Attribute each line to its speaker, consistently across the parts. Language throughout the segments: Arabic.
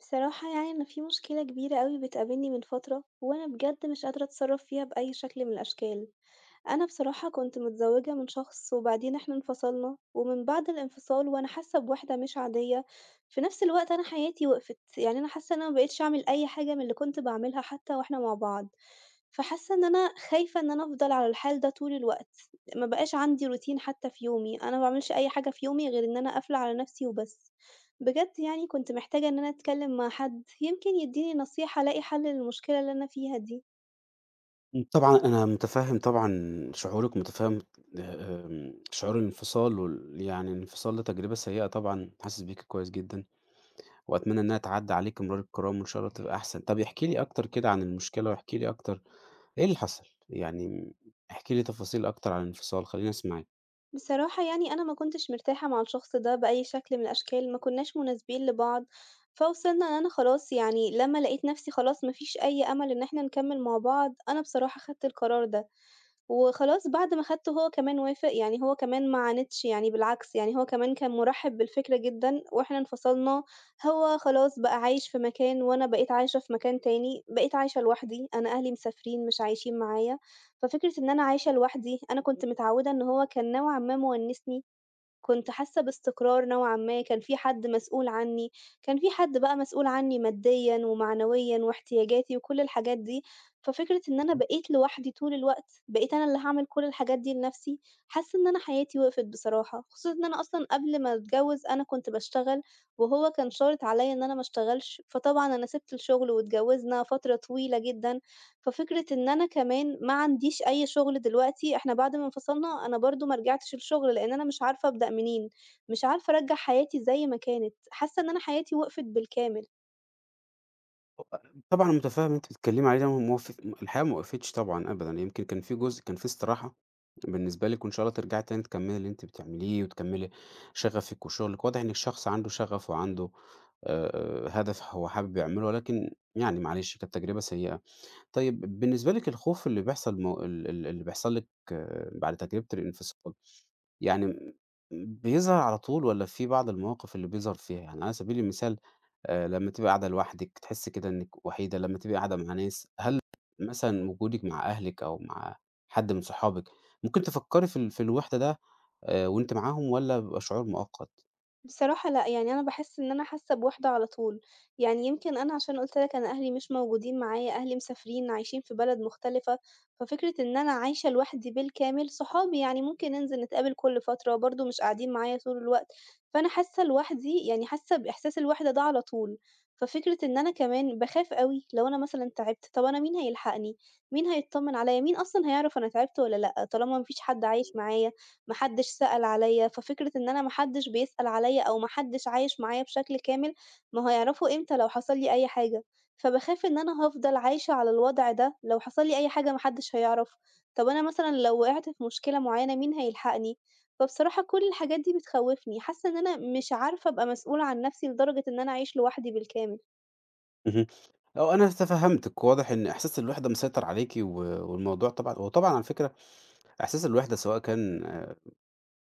Speaker 1: بصراحة يعني أنا في مشكلة كبيرة أوي بتقابلني من فترة وأنا بجد مش قادرة أتصرف فيها بأي شكل من الأشكال، أنا بصراحة كنت متزوجة من شخص وبعدين إحنا انفصلنا، ومن بعد الانفصال وأنا حاسة بوحدة مش عادية، في نفس الوقت أنا حياتي وقفت، يعني أنا حاسة إن أنا مبقيتش أعمل أي حاجة من اللي كنت باعملها حتى وإحنا مع بعض، فحاسة إن أنا خايفة إن أنا أفضل على الحال ده طول الوقت، مبقاش عندي روتين حتى في يومي، أنا مبعملش أي حاجة في يومي غير إن أنا قافلة على نفسي وبس، بجد يعني كنت محتاجة إن أنا أتكلم مع حد يمكن يديني نصيحة ألاقي حل للمشكلة اللي أنا فيها دي.
Speaker 2: طبعًا أنا متفهّم طبعًا شعورِك، ومتفهّم آمم، شعور الانفصال يعني الانفصال ده تجربة سيئة طبعًا، حاسس بيكِ كويس جدًا، وأتمنى إنها تعدّي عليكِ مرور الكرام، وإن شاء الله تبقى أحسن. طَب احكي لي أكتر كده عن المشكلة، واحكي لي أكتر إيه اللي حصل؟ يعني احكي لي تفاصيل أكتر عن الانفصال، خلّيني أسمعِك.
Speaker 1: بصراحة يعني أنا ما كنتش مرتاحة مع الشخص ده بأي شكل من الأشكال، ما كناش مناسبين لبعض، فوصلنا إن أنا خلاص يعني لمّا لقيت نفسي خلاص ما فيش أي أمل إن إحنا نكمّل مع بعض، أنا بصراحة خدت القرار ده. وخلاص بعد ما خدته هو كمان وافق، يعني هو كمان ما عاندش، يعني بالعكس، يعني هو كمان كان مُرحِّب بالفكرة جدًا، وإحنا انفصلنا، هو خلاص بقى عايش في مكان وأنا بقيت عايشة في مكان تاني، بقيت عايشة لوحدي، أنا أهلي مسافرين مش عايشين معايا، ففكرة إن أنا عايشة لوحدي، أنا كنت متعوّدة إن هو كان نوعًا ما مونِّسني كنت حاسة باستقرار نوعًا ما، كان في حد مسؤول عني، كان في حد بقى مسؤول عني ماديًا ومعنويًا واحتياجاتي وكل الحاجات دي، ففكرة إن أنا بقيت لوحدي طول الوقت، بقيت أنا اللي هاعمل كل الحاجات دي لنفسي، حاسة إن أنا حياتي وقفت بصراحة، خصوصًا إن أنا أصلًا قبل ما أتجوز أنا كنت باشتغل، وهو كان شارط عليَّ إن أنا ما اشتغلش، فطبعًا أنا سِبت الشغل واتجوزنا فترة طويلة جدًا. ففكرة إن أنا كمان ما عنديش أي شغل دلوقتي، إحنا بعد ما انفصلنا أنا برضه ما رجعتش للشغل، لإن أنا مش عارفة أبدأ منين، مش عارفة أرجّع حياتي زي ما كانت، حاسة إن أنا حياتي وقفت بالكامل.
Speaker 2: طبعًا متفهّم اللي أنتِ بتتكلّمي عليه ده، ما هو ف الحياة ما وقفتش طبعًا أبدًا، يمكن كان في جزء كان في استراحة بالنسبة لِك وإن شاء الله ترجعي تاني تكمّلي اللي أنتِ بتعمليه وتكمّلي شغفِك وشغلِك، واضح إنِّك شخص عنده شغف وعنده هدف هو حابب يعمله، ولكن يعني معلش كانت تجربة سيئة. طيب بالنسبة لِك الخوف اللي بيحصل مو ال ال اللي بيحصل لِك آه، بعد تجربة الانفصال، يعني م بيظهر على طول والّا في بعض المواقف اللي بيظهر فيها؟ يعني على سبيل المثال لمّا تبقي قاعدة لوحدِك تحسّي كده إنِّك وحيدة، لمّا تبقي قاعدة مع ناس، هل مثلًا وجودِك مع أهلِك أو مع حد من صحابِك ممكن تفكّري في الوِحدة ده وأنتِ معاهم والّا بيبقى شعور مؤقت؟
Speaker 1: بصراحة لأ، يعني أنا باحس إن أنا حاسة بوحدة على طول، يعني يمكن أنا عشان قُلت لك أنا أهلي مش موجودين معايا، أهلي مسافرين عايشين في بلد مختلفة، ففكرة إن أنا عايشة لوحدي بالكامل، صحابي يعني ممكن ننزل نتقابل كل فترة، برضه مش قاعدين معايا طول الوقت، فأنا حاسة لوحدي يعني حاسة بإحساس الوحدة ده على طول، ففكرة إن أنا كمان باخاف أوي لو أنا مثلًا تعبت، طب أنا مين هيلحقني؟ مين هيتطمن عليَّ؟ مين أصلًا هيعرف أنا تعبت والّا لأ؟ طالما ما فيش حد عايش معايا. ما حدش سأل عليَّ، ففكرة إن أنا ما حدش بيسأل عليَّ أو ما حدش عايش معايا بشكل كامل، ما هيعرفوا إمتى لو حصل لي أي حاجة، فباخاف إن أنا هافضل عايشة على الوضع ده، لو حصل لي أي حاجة ما حدش هيعرف، طب أنا مثلًا لو وقعت في مشكلة معينة مين هيلحقني؟ فبصراحة كل الحاجات دي بتخوّفني، حاسة إن أنا مش عارفة أبقى مسؤولة عن نفسي لدرجة إن أنا أعيش لوحدي بالكامل.
Speaker 2: اهم. آه، أنا تفهّمتِك، واضح إن إحساس الوحدة مسيطر عليكِ و والموضوع طبعًا هو طبعًا على فكرة إحساس الوحدة سواء كان آه،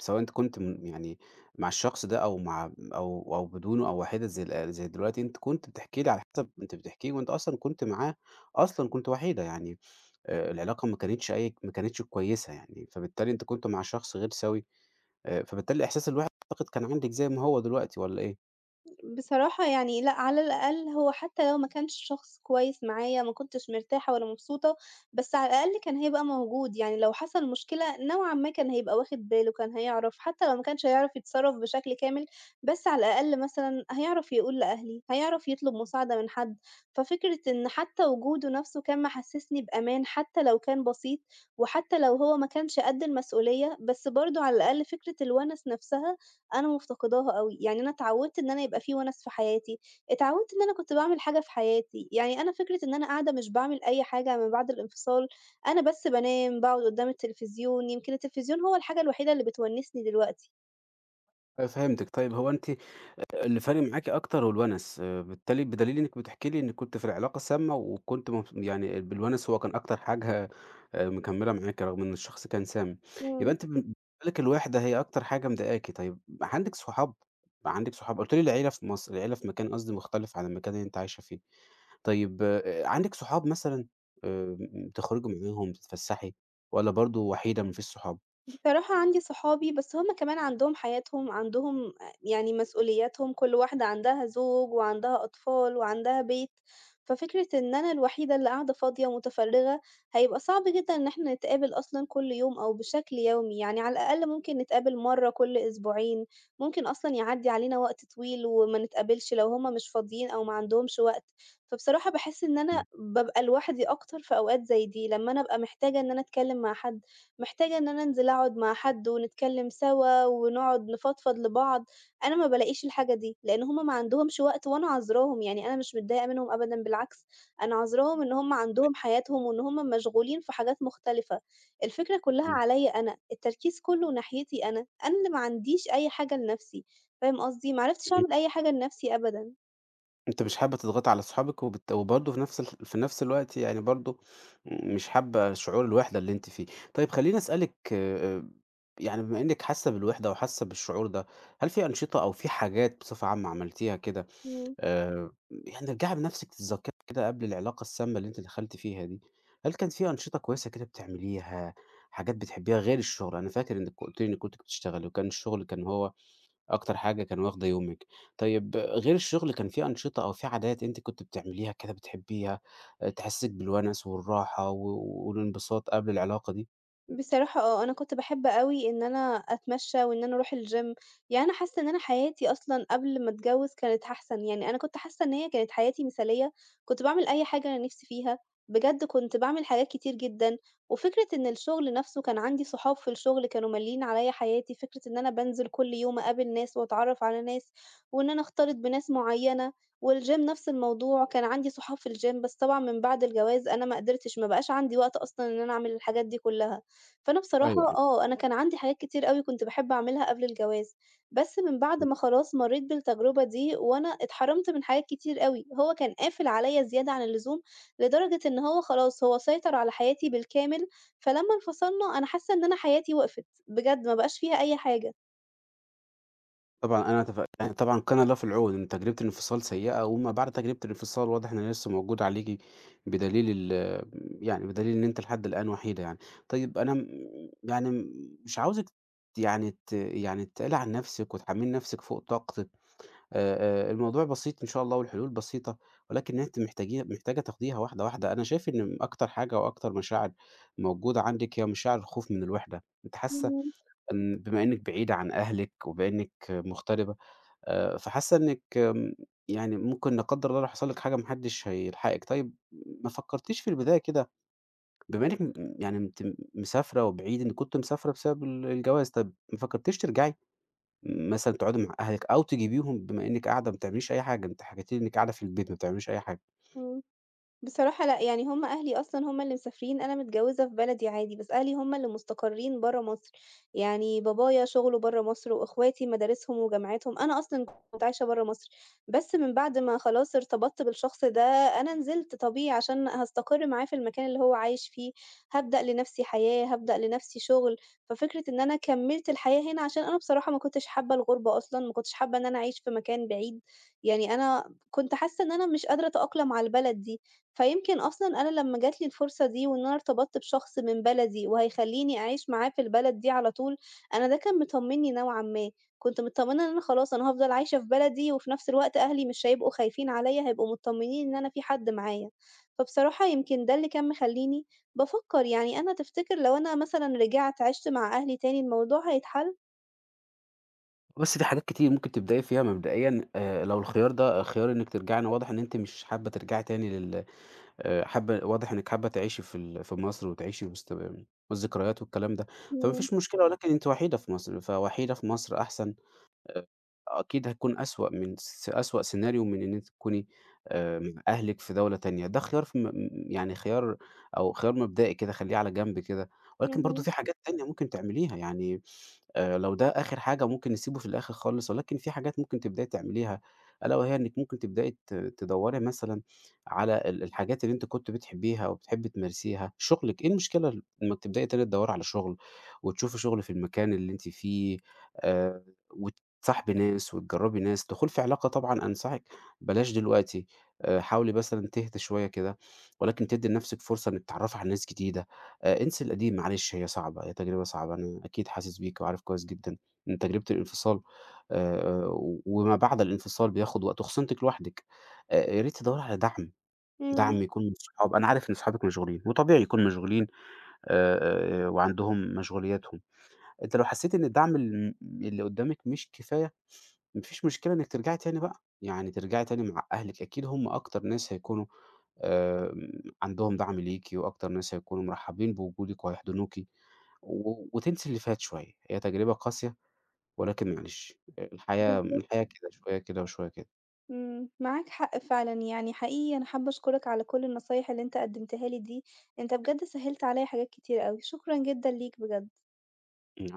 Speaker 2: سواء أنتِ كنتِ م يعني مع الشخص ده أو مع أو بدونه أو وحيدة زي دلوقتي، أنتِ كنتِ بتحكي لي على حسب أنتِ بتحكيه وأنتِ أصلًا كنتِ معاه أصلًا كنتِ وحيدة، يعني العلاقة ما كانتش كويسة يعني، فبالتالي أنتِ كنتِ مع شخص غير سَوِي، فبالتالي إحساس الوحدة أعتقد كان عندِك زي ما هو دلوقتي والّا إيه؟
Speaker 1: بصراحة يعني لأ، على الأقل هو حتى لو ما كانش شخص كويس معايا، ما كنتش مرتاحة ولا مبسوطة، بس على الأقل كان هيبقى موجود، يعني لو حصل مشكلة نوعًا ما كان هيبقى واخد باله، كان هيعرف، حتى لو ما كانش هيعرف يتصرّف بشكل كامل، بس على الأقل مثلًا هيعرف يقول لأهلي، هيعرف يطلب مساعدة من حد، ففكرة إن حتى وجوده نفسه كان محسسني بأمان حتى لو كان بسيط، وحتى لو هو ما كانش قد المسؤولية، بس برضه على الأقل فكرة الونس نفسها أنا مفتقداها أوي، يعني أنا اتعودت إن أنا يبقى في ونس في حياتي، اتعودت إن أنا كنت باعمل حاجة في حياتي، يعني أنا فكرة إن أنا قاعدة مش باعمل أي حاجة من بعد الانفصال، أنا بس بانام، باقعد قدام التلفزيون، يمكن التلفزيون هو الحاجة الوحيدة اللي بتونسني دلوقتي.
Speaker 2: آه، فهمتِك، طيب هو أنتِ آه، اللي فارق معاكِ أكتر هو الونس، بالتالي بدليل إنِّك بتحكي لي إنِّك كنتِ في العلاقة السامة وكنتِ مبس يعني بالونس هو كان أكتر حاجة مكمّلة معاكِ رغم إن الشخص كان سام، يبقى
Speaker 1: إمم.
Speaker 2: أنتِ بالنسبة لِك الوحدة هي أكتر حاجة مضايقاكِ، طيب عندِك صحاب؟ عندِك صحاب؟ قُلتِ لي العيلة في مصر، العيلة في مكان قصدي مختلف عن المكان اللي أنتِ عايشة فيه، طيب عندِك صحاب مثلًا آآ، بتخرجي معاهم، بتتفسحي والّا برضه وحيدة ما فيش صحاب؟
Speaker 1: بصراحة عندي صحابي، بس هُم كمان عندهم حياتهم، عندهم يعني مسؤولياتهم، كل واحدة عندها زوج وعندها أطفال وعندها بيت، ففكرة إن أنا الوحيدة اللي قاعدة فاضية متفرّغة، هيبقى صعب جدًا إن إحنا نتقابل أصلًا كل يوم أو بشكل يومي، يعني على الأقل ممكن نتقابل مرّة كل أسبوعين، ممكن أصلًا يعدّي علينا وقت طويل وما نتقابلش لو هُم مش فاضيين أو ما عندهمش وقت، فبصراحة باحس إن أنا
Speaker 2: إمم،
Speaker 1: بابقى لوحدي أكتر في أوقات زي دي، لمّا أنا أبقى محتاجة إن أنا أتكلّم مع حد. محتاجة إن أنا أنزل أقعد مع حد ونتكلم سوا، ونقعد نفضفض لبعض، أنا ما بالاقيش الحاجة دي، لإن هُم ما عندهمش وقت وأنا عاذراهم، يعني أنا مش متضايقة منهم أبدًا بالعكس، أنا عاذراهم إن هُم عندهم حياتهم وإن هُم مشغولين في حاجات مختلفة، الفكرة كلها
Speaker 2: إمم،
Speaker 1: عليَّ أنا، التركيز كله ناحيتي أنا، أنا اللي ما عنديش أي حاجة لنفسي، فاهم قصدي؟ ما عرفتش أعمل أي حاجة لنفسي أبدًا.
Speaker 2: أنتِ مش حابة تضغطي على صحابِك وبرضه في نفس الوقت يعني برضه مش حابة شعور الوحدة اللي أنتِ فيه. طيب خلّيني أسألِك يعني بما إنِّك حاسة بالوحدة وحاسة بالشعور ده، هل في أنشطة أو في حاجات بصفة عامة عملتيها كده
Speaker 1: إمم.
Speaker 2: يعني ارجعي بنفسِك تتذكري كده قبل العلاقة السامة اللي أنتِ دخلتِ فيها دي، هل كان في أنشطة كويسة كده بتعمليها، حاجات بتحبيها غير الشغل؟ أنا فاكر إنِّك قُلتِ لي إنِّك كنتِ بتشتغلي وكان الشغل هو أكتر حاجة كان واخدة يومِك. طيب غير الشغل كان في أنشطة أو في عادات أنتِ كنتِ بتعمليها كده بتحبيها، تحسسِك بالونس والراحة و والانبساط قبل العلاقة دي؟
Speaker 1: بصراحة آه، أنا كنت باحب أوي إن أنا أتمشّى وإن أنا أروح الgym، يعني أنا حاسّة إن أنا حياتي أصلًا قبل ما أتجوّز كانت أحسن، يعني أنا كنت حاسّة إن هي كانت حياتي مثالية، كنت باعمل أي حاجة أنا نِفْسي فيها، بجد كنت باعمل حاجات كتير جدًا، وفكرة إن الشغل نَفْسه كان عندي صحاب في الشغل كانوا ماليين عليّا حياتي، فكرة إن أنا بانزل كل يوم أقابل ناس وأتعرّف على ناس، وإن أنا أختلط بناس معيّنة، والgym نَفْس الموضوع، كان عندي صحاب في الgym بس طبعًا من بعد الجواز أنا ما قدرتش، ما بقاش عندي وقت أصلًا إن أنا أعمل الحاجات دي كلّها. فأنا بصراحة
Speaker 2: أيوه، أيوه.
Speaker 1: آه، أنا كان عندي حاجات كتير أوي كنت باحب أعملها قبل الجواز، بس من بعد ما خلاص مرّيت بالتجربة دي وأنا اتحرمت من حاجات كتير أوي، هو كان قافل عليّا زيادة عن اللزوم، لدرجة إن هو خلاص هو سيطر على حياتي بالكامل، فلمّا انفصلنا أنا حاسة إن أنا حياتي وقفت، بجد ما بقاش فيها أي حاجة.
Speaker 2: طبعًا أنا تف يعني طبعًا كان الله في العون، إن تجربة الانفصال سيئة وما بعد تجربة الانفصال واضح إن هي لسه موجودة عليكِ بدليل ال يعني بدليل إن أنتِ لحد الآن وحيدة يعني. طيب أنا م يعني م- مش عاوزِك يعني ت يعني تقلي عن نفسِك وتحمّلي نفسِك فوق طاقتِك. الموضوع بسيط إن شاء الله والحلول بسيطة، ولكن أنتِ محتاجة تاخديها واحدة، واحدة. أنا شايف إن أكتر حاجة وأكتر مشاعر موجودة عندِك هي مشاعر الخوف من الوحدة. أنتِ حاسة
Speaker 1: إمم،
Speaker 2: إن بما إنِّك بعيدة عن أهلِك وبإنِّك مغتربة، فحاسة إنِّك يعني ممكن لا قدّر الله لو حصل لِك حاجة ما حدّش هيلحقِك. طيب ما فكرتيش في البداية كده بما إنِّك م يعني أنتِ مسافرة وبعيد إن كنتِ مسافرة بسبب الجواز، طب ما فكرتيش ترجعي مثلًا تقعدي مع أهلِك أو تجيبيهم بما إنِّك قاعدة ما بتعمليش أي حاجة، أنتِ حكيتِ لي إنِّك قاعدة في البيت ما بتعمليش أي حاجة.
Speaker 1: إمم. بصراحة لأ، يعني هم أهلي أصلًا هم اللي مسافرين، أنا متجوّزة في بلدي عادي، بس أهلي هم اللي مستقرّين برّه مصر، يعني بابايا شُغله برّه مصر وإخواتي مدارسهم وجامعاتهم، أنا أصلًا كنت عايشة برّه مصر، بس من بعد ما خلاص ارتبطت بالشخص ده، أنا نزلت طبيعي عشان هاستقر معاه في المكان اللي هو عايش فيه، هابدأ لنفسي حياة، هابدأ لنفسي شُغل، ففكرة إن أنا كمّلت الحياة هنا عشان أنا بصراحة ما كنتش حابة الغُربة أصلًا، ما كنتش حابة إن أنا أعيش في مكان بعيد، يعني أنا كنت حاسة إن أنا مش قادرة أتأقلم على البلد دي، فيمكن أصلًا أنا لمّا جات لي الفرصة دي وإن أنا ارتبطت بشخص من بلدي وهيخلّيني أعيش معاه في البلد دي على طول، أنا ده كان مطمّني نوعًا ما، كنت متطمّنة إن أنا خلاص أنا هافضل عايشة في بلدي وفي نفس الوقت أهلي مش هيبقوا خايفين عليّا، هيبقوا متطمّنين إن أنا في حد معايا. فبصراحة يمكن ده اللي كان مخلّيني بافكّر يعني أنا تفتكر لو أنا مثلًا رجعت عِشت مع أهلي تاني الموضوع هيتحل؟
Speaker 2: بُصّي، في حاجات كتير ممكن تبدئي فيها مبدئيًا لو الخيار ده خيار إنِّك ترجعي أنا واضح إن أنتِ مش حابة ترجعي تاني لل حابة واضح إنِّك حابة تعيشي في مصر وتعيشي وسط والذكريات والكلام ده، فما
Speaker 1: إمم،
Speaker 2: فيش مشكلة ولكن أنتِ وحيدة في مصر، فوحيدة في مصر أحسن. آآ أكيد هتكون أسوأ سيناريو من إن أنتِ تكوني مع أهلِك في دولة تانية، ده خيار ف م يعني خيار أو خيار مبدئي كده خلّيه على جنب كده، ولكن برضه
Speaker 1: اهم،
Speaker 2: في حاجات تانية ممكن تعمليها يعني لو ده آخر حاجة ممكن نسيبه في الآخر خالص، ولكن في حاجات ممكن تبدئي تعمليها، ألا وهي إنِّك ممكن تبدئي ت تدوّري مثلًا على الحاجات اللي أنتِ كنتِ بتحبيها أو بتحبي تمارسيها، شغلِك، إيه المشكلة لمّا بتبدئي تاني تدوّري على شغل وتشوفي شغل في المكان اللي أنتِ فيه آآ وتصاحبي ناس وتجرّبي ناس، الدخول في علاقة طبعًا أنصحِك بلاش دلوقتي، حاولي مثلًا تهدي شوية كده، ولكن تدّي لنَفْسِك فرصة إنِّك تتعرّفي على ناس جديدة. انسي القديم معلش هي صعبة، هي تجربة صعبة، أنا أكيد حاسس بيكِ وعارف كويس جدًا إن تجربة الانفصال آآ وما بعد الانفصال بياخد وقت وخصوصًا أنتِ لوحدِك، يا ريت تدوّري على دعم،
Speaker 1: إمم،
Speaker 2: دعم يكون من الصحاب، أنا عارف إن صحابِك مشغولين وطبيعي يكونوا مشغولين وعندهم مشغولياتهم، أنتِ لو حسيتِ إن الدعم اللي قدّامِك مش كفاية، ما فيش مشكلة إنِّك ترجعي تاني بقى، يعني ترجعي تاني مع أهلِك، أكيد هم أكتر ناس هيكونوا آآ عندهم دعم ليكِ وأكتر ناس هيكونوا مرحّبين بوجودِك وهيحضنوكِ. و وتنسي اللي فات شوية، هي تجربة قاسية ولكن معلش، الحياة
Speaker 1: بالضبط.
Speaker 2: الحياة كده شوية كده وشوية كده.
Speaker 1: إمم، معاك حق فعلًا، يعني حقيقي أنا حابة أشكرك على كل النصايح اللي أنت قدّمتها لي دي، أنت بجد سهّلت عليَّ حاجات كتير أوي، شكرًا جدًا ليك بجد.